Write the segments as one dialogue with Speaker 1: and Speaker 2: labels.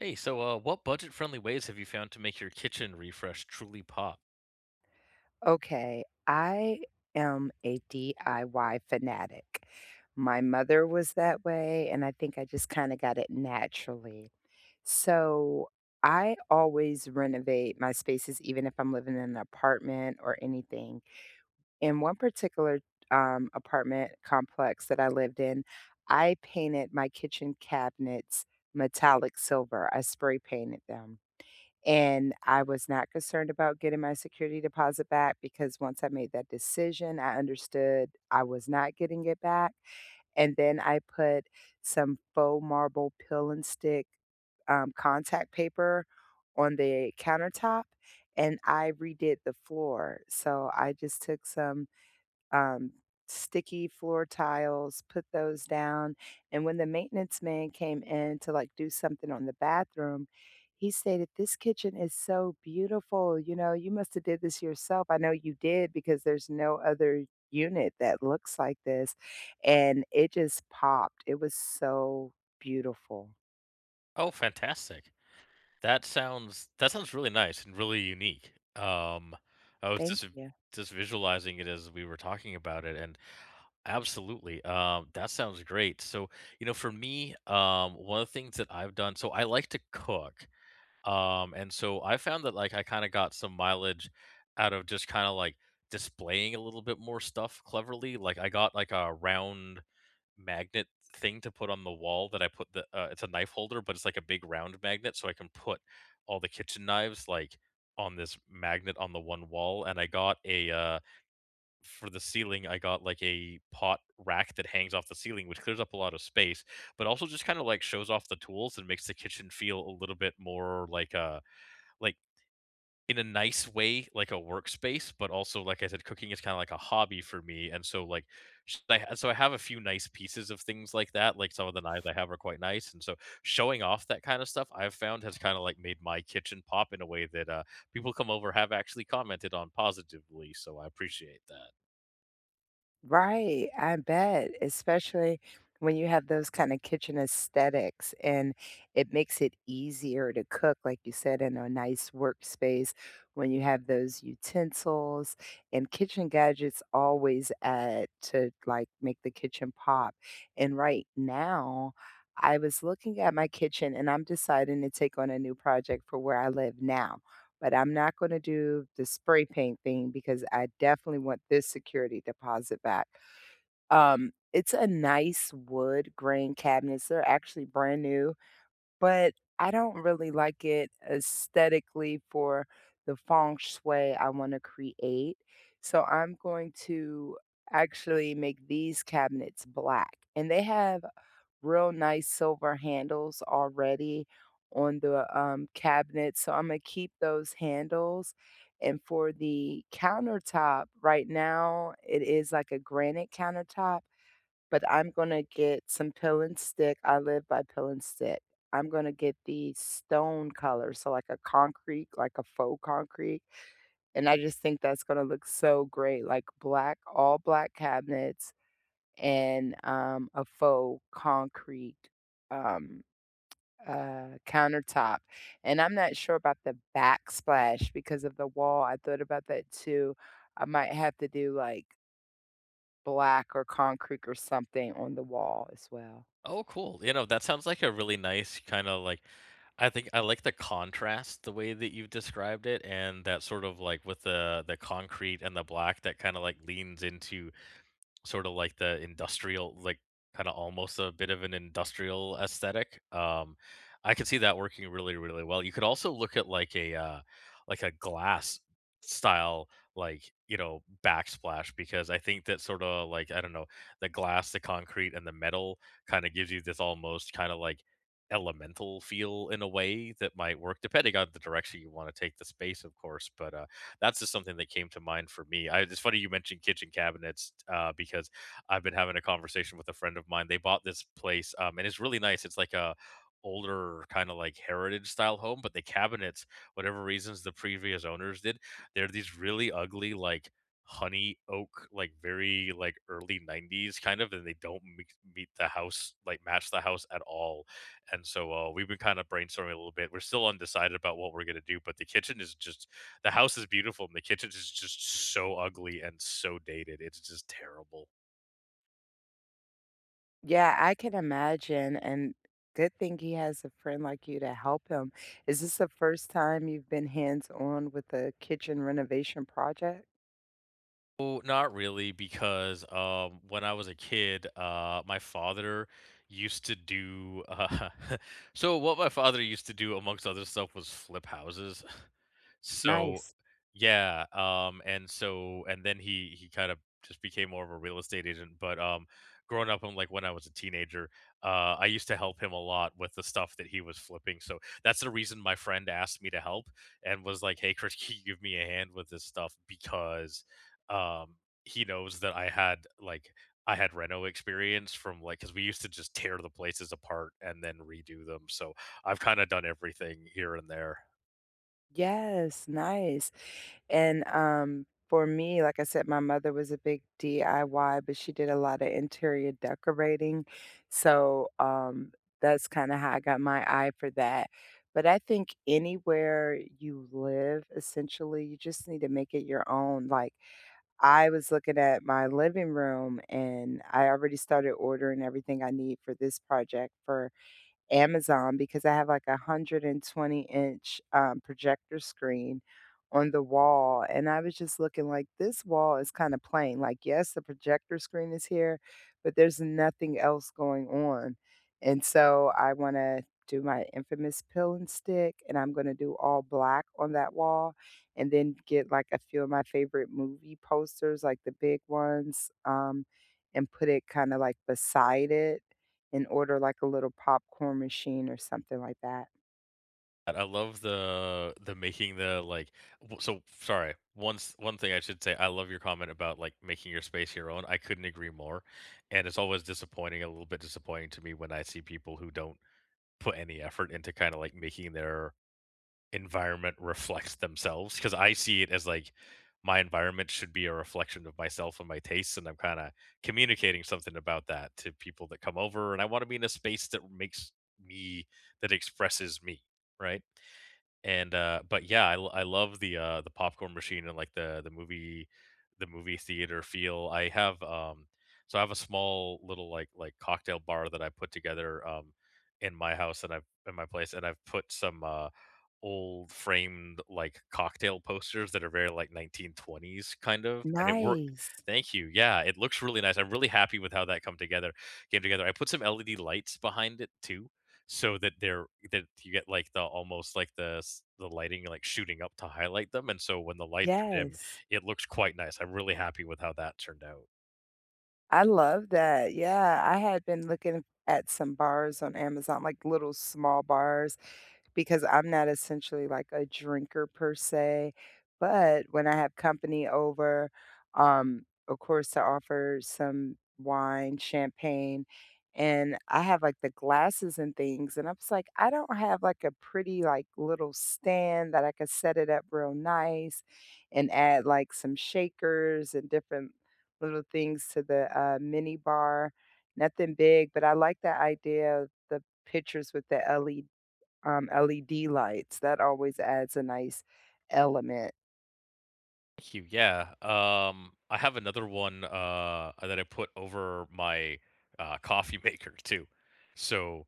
Speaker 1: Hey, what budget-friendly ways have you found to make your kitchen refresh truly pop?
Speaker 2: Okay, I am a DIY fanatic. My mother was that way, and I think I just kind of got it naturally. So I always renovate my spaces, even if I'm living in an apartment or anything. In one particular apartment complex that I lived in, I painted my kitchen cabinets metallic silver. I spray painted them. And I was not concerned about getting my security deposit back because once I made that decision, I understood I was not getting it back. And then I put some faux marble pill and stick contact paper on the countertop and I redid the floor. So I just took some um, sticky floor tiles, put those down. And when the maintenance man came in to like do something on the bathroom, he stated, "This kitchen is so beautiful. You know, you must have did this yourself. I know you did because there's no other unit that looks like this." And it just popped. It was so beautiful.
Speaker 1: Oh, fantastic. That sounds really nice and really unique. I was
Speaker 2: Thank
Speaker 1: just
Speaker 2: you.
Speaker 1: just visualizing it as we were talking about it, and absolutely, that sounds great. So, you know, for me, one of the things that I've done, so I like to cook, and so I found that like I kind of got some mileage out of just kind of like displaying a little bit more stuff cleverly. Like I got like a round magnet thing to put on the wall that I put the it's a knife holder, but it's like a big round magnet, so I can put all the kitchen knives like on this magnet on the one wall. And I got a for the ceiling, I got like a pot rack that hangs off the ceiling, which clears up a lot of space, but also just kind of like shows off the tools and makes the kitchen feel a little bit more like like in a nice way, like a workspace, but also, like I said, cooking is kind of like a hobby for me. And so, like, so I have a few nice pieces of things like that. Like some of the knives I have are quite nice, and so showing off that kind of stuff I've found has kind of like made my kitchen pop in a way that people come over have actually commented on positively. So I appreciate that.
Speaker 2: Right, I bet, especially when you have those kind of kitchen aesthetics and it makes it easier to cook, like you said, in a nice workspace when you have those utensils, and kitchen gadgets always add to like make the kitchen pop. And right now, I was looking at my kitchen and I'm deciding to take on a new project for where I live now, but I'm not gonna do the spray paint thing because I definitely want this security deposit back. It's a nice wood grain cabinets. They're actually brand new, but I don't really like it aesthetically for the feng shui I want to create. So I'm going to actually make these cabinets black. And they have real nice silver handles already on the cabinet. So I'm going to keep those handles. And for the countertop, right now it is like a granite countertop, but I'm going to get some pill and stick. I live by pill and stick. I'm going to get the stone color. So, like a concrete, like a faux concrete. And I just think that's going to look so great. Like black, all black cabinets and a faux concrete um, countertop. And I'm not sure about the backsplash because of the wall. I thought about that too. I might have to do like black or concrete or something on the wall as well.
Speaker 1: Oh, cool. You know, that sounds like a really nice kind of like I think I like the contrast the way that you've described it and that sort of like with the concrete and the black that kind of like leans into sort of like the industrial, like kind of almost a bit of an industrial aesthetic. I could see that working really, really well. You could also look at like a glass style, like you know, backsplash because I think that sort of like I don't know, the glass, the concrete, and the metal kind of gives you this almost kind of like elemental feel in a way that might work depending on the direction you want to take the space, of course. But that's just something that came to mind for me. It's funny you mentioned kitchen cabinets because I've been having a conversation with a friend of mine. They bought this place, and it's really nice. It's like a older kind of like heritage style home, but the cabinets, whatever reasons the previous owners did, they're these really ugly like honey oak like very like early 90s kind of and they don't meet the house like match the house at all and so we've been kind of brainstorming a little bit we're still undecided about what we're going to do but the house is beautiful and the kitchen is just so ugly and so dated. It's just terrible.
Speaker 2: Yeah, I can imagine. And good thing he has a friend like you to help him. Is this the first time you've been hands on with a kitchen renovation project?
Speaker 1: Oh, not really, because when I was a kid, my father used to do. So what my father used to do, amongst other stuff, was flip houses. So,
Speaker 2: Nice.
Speaker 1: yeah, and so and then he kind of just became more of a real estate agent. But growing up, and like when I was a teenager, I used to help him a lot with the stuff that he was flipping. So that's the reason my friend asked me to help and was like, "Hey, Chris, can you give me a hand with this stuff?" Because um he knows that I had like I had reno experience from like because we used to just tear the places apart and then redo them so I've kind of done everything here and there.
Speaker 2: Yes, nice. And, for me, like I said, my mother was a big DIY, but she did a lot of interior decorating. So, that's kinda how I got my eye for that. But I think anywhere you live, essentially, you just need to make it your own. Like, I was looking at my living room, and I already started ordering everything I need for this project for Amazon because I have like a 120-inch, projector screen on the wall, and I was just looking like, "This wall is kinda plain." Like, yes, the projector screen is here, but there's nothing else going on, and so I wanna do my infamous pill and stick, and I'm gonna do all black on that wall, and then get, like, a few of my favorite movie posters, like the big ones, and put it kinda, like, beside it and order, like, a little popcorn machine or something like that.
Speaker 1: And I love the making the so sorry once one thing I should say I love your comment about like making your space your own I couldn't agree more and it's always disappointing a little bit disappointing to me when I see people who don't put any effort into kind of like making their environment reflects themselves because I see it as like my environment should be a reflection of myself and my tastes, and I'm kind of communicating something about that to people that come over, and I want to be in a space that makes me that expresses me, right? And but yeah, I love the popcorn machine and like the movie theater feel. I have so I have a small little like cocktail bar that I put together in my house and I've in my place and I've put some old framed, like, cocktail posters that are very, like, 1920s kind of, and it worked.
Speaker 2: Nice.
Speaker 1: Thank you, yeah, it looks really nice, I'm really happy with how that come together came together. I put some LED lights behind it too, so that they're that you get, like, the almost like the lighting, like, shooting up to highlight them, and so when the lights are dim,
Speaker 2: Yes.
Speaker 1: it looks quite nice, I'm really happy with how that turned out.
Speaker 2: I love that. Yeah, I had been looking at some bars on Amazon, like little small bars because I'm not essentially like a drinker per se, but when I have company over, of course, I offer some wine, champagne, and I have like the glasses and things. And I was like, I don't have like a pretty like little stand that I could set it up real nice and add like some shakers and different little things to the mini bar. Nothing big, but I like the idea of the pictures with the LED lights, that always adds a nice element.
Speaker 1: Thank you, yeah, I have another one, that I put over my, coffee maker too. So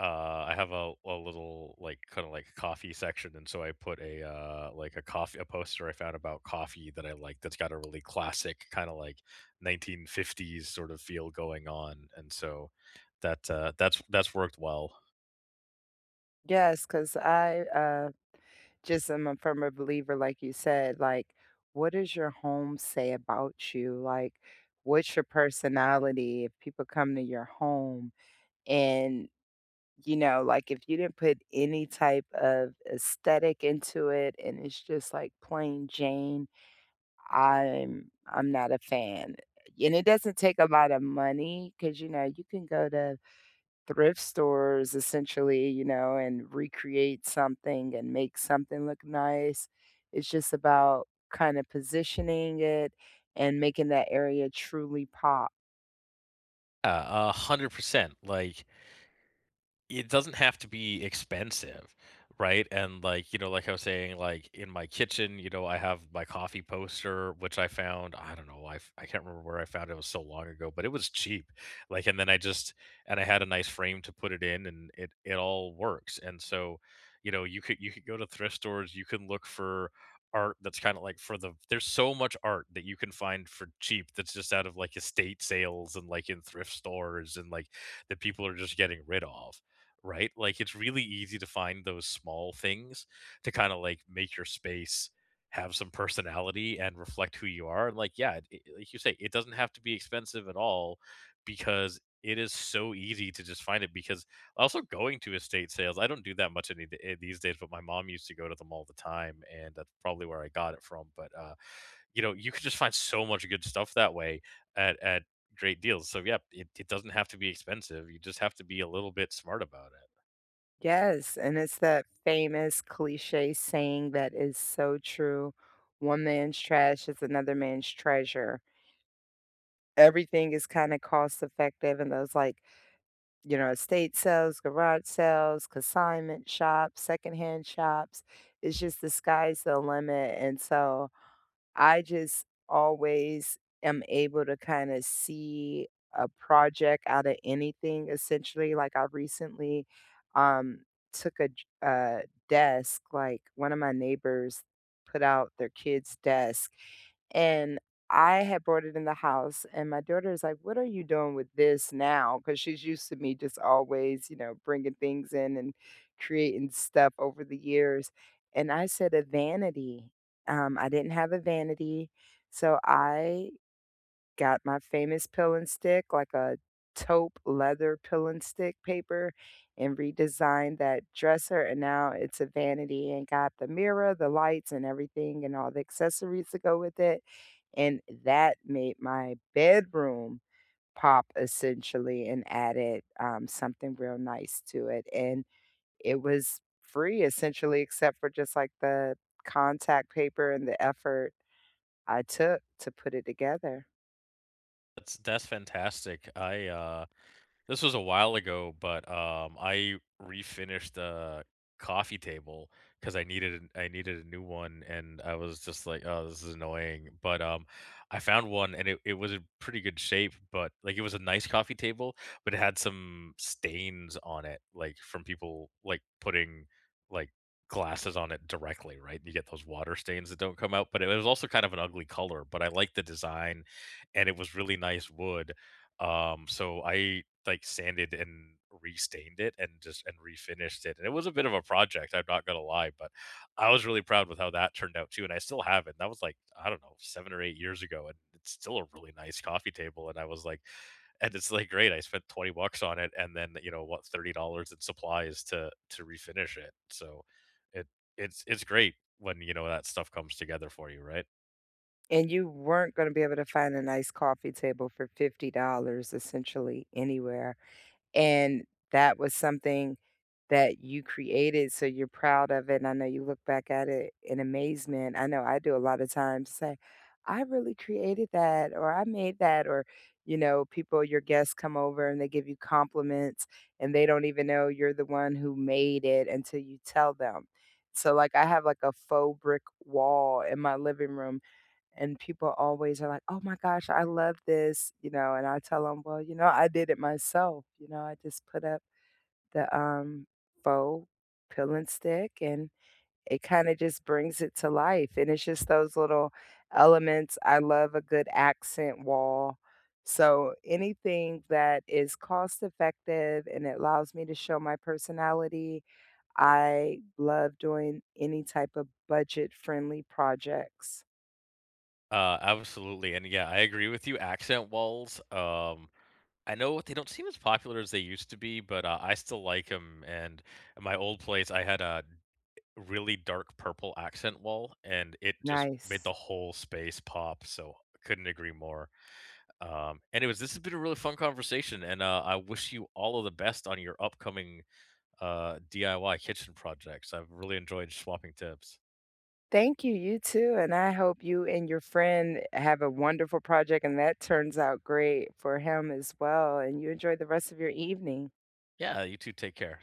Speaker 1: I have a little, like, kinda like coffee section, and so I put a, like a coffee a poster I found about coffee that I like that's got a really classic kinda like 1950s sort of feel going on, and so that, that's worked well.
Speaker 2: Yes, because I, just am a firm believer, like you said, like, what does your home say about you? Like, what's your personality if people come to your home and, you know, like, if you didn't put any type of aesthetic into it and it's just, like, plain Jane, I'm not a fan. And it doesn't take a lot of money, because you know, you can go to thrift stores essentially, you know, and recreate something and make something look nice. It's just about kind of positioning it and making that area truly pop.
Speaker 1: Yeah, 100%, like it doesn't have to be expensive, right? And like, you know, like I was saying, like in my kitchen, you know, I have my coffee poster, which I found, I don't know, I can't remember where I found it. It was so long ago, but it was cheap. Like, and then and I had a nice frame to put it in and it all works. And so, you know, you could go to thrift stores, you can look for art that's kind of like there's so much art that you can find for cheap that's just out of like estate sales and like in thrift stores and like that people are just getting rid of right? Like it's really easy to find those small things to kind of like make your space have some personality and reflect who you are. And like, yeah, like you say, it doesn't have to be expensive at all because it is so easy to just find it. Because also going to estate sales, I don't do that much these days, but my mom used to go to them all the time, and that's probably where I got it from. But you know, you can just find so much good stuff that way at great deals. So yeah, it doesn't have to be expensive. You just have to be a little bit smart about it.
Speaker 2: Yes, and it's that famous cliche saying that is so true. One man's trash is another man's treasure. Everything is kind of cost effective and those like, you know, estate sales, garage sales, consignment shops, secondhand shops. It's just the sky's the limit, and so I just always am able to kind of see a project out of anything essentially. Like I recently um took a j- a desk, like one of my neighbors put out their kids' desk and I had brought it in the house, and my daughter is like, "What are you doing with this now?" Because she's used to me just always, you know, bringing things in and creating stuff over the years. And I said, "A vanity." I didn't have a vanity, so I got my famous pill and stick, like a taupe leather pill and stick paper, and redesigned that dresser. And now it's a vanity and got the mirror, the lights, and everything, and all the accessories to go with it. And that made my bedroom pop essentially and added something real nice to it. And it was free essentially, except for just like the contact paper and the effort I took to put it together.
Speaker 1: That's fantastic. This was a while ago, but, I refinished the coffee table because I needed a new one, and I was just like, "Oh, this is annoying," but, I found one, and it was in pretty good shape, but, like, it was a nice coffee table, but it had some stains on it, like, from people, like, putting, like, glasses on it directly, right? You get those water stains that don't come out, but it was also kind of an ugly color, but I liked the design, and it was really nice wood, so I like sanded and restained it and just and refinished it. And it was a bit of a project, I'm not gonna lie, but I was really proud with how that turned out too. And I still have it. And that was like, I don't know, 7 or 8 years ago, and it's still a really nice coffee table. And I was like, and it's like great. I spent 20 bucks on it and then, you know, what, $30 in supplies to refinish it. So it it's great when you know that stuff comes together for you, right?
Speaker 2: And you weren't gonna be able to find a nice coffee table for $50 essentially anywhere. And that was something that you created, so you're proud of it, and I know you look back at it in amazement. I know I do a lot of times say, "I really created that," or "I made that," or, you know, people, your guests come over and they give you compliments, and they don't even know you're the one who made it until you tell them. So, like, I have, like, a faux brick wall in my living room and people always are like, "Oh my gosh, I love this," you know, and I tell them, "Well, you know, I did it myself. You know, I just put up the faux peel and stick and it kind of just brings it to life. And it's just those little elements. I love a good accent wall. So anything that is cost effective and it allows me to show my personality, I love doing any type of budget friendly projects."
Speaker 1: Absolutely, and yeah, I agree with you. Accent walls, I know they don't seem as popular as they used to be, but I still like them. And at my old place, I had a really dark purple accent wall, and it just made the
Speaker 2: Nice.
Speaker 1: whole space pop. So couldn't agree more. Anyways, this has been a really fun conversation, and I wish you all of the best on your upcoming DIY kitchen projects. I've really enjoyed swapping tips.
Speaker 2: Thank you, you too, and I hope you and your friend have a wonderful project and that turns out great for him as well, and you enjoy the rest of your evening.
Speaker 1: Yeah, you too. Take care.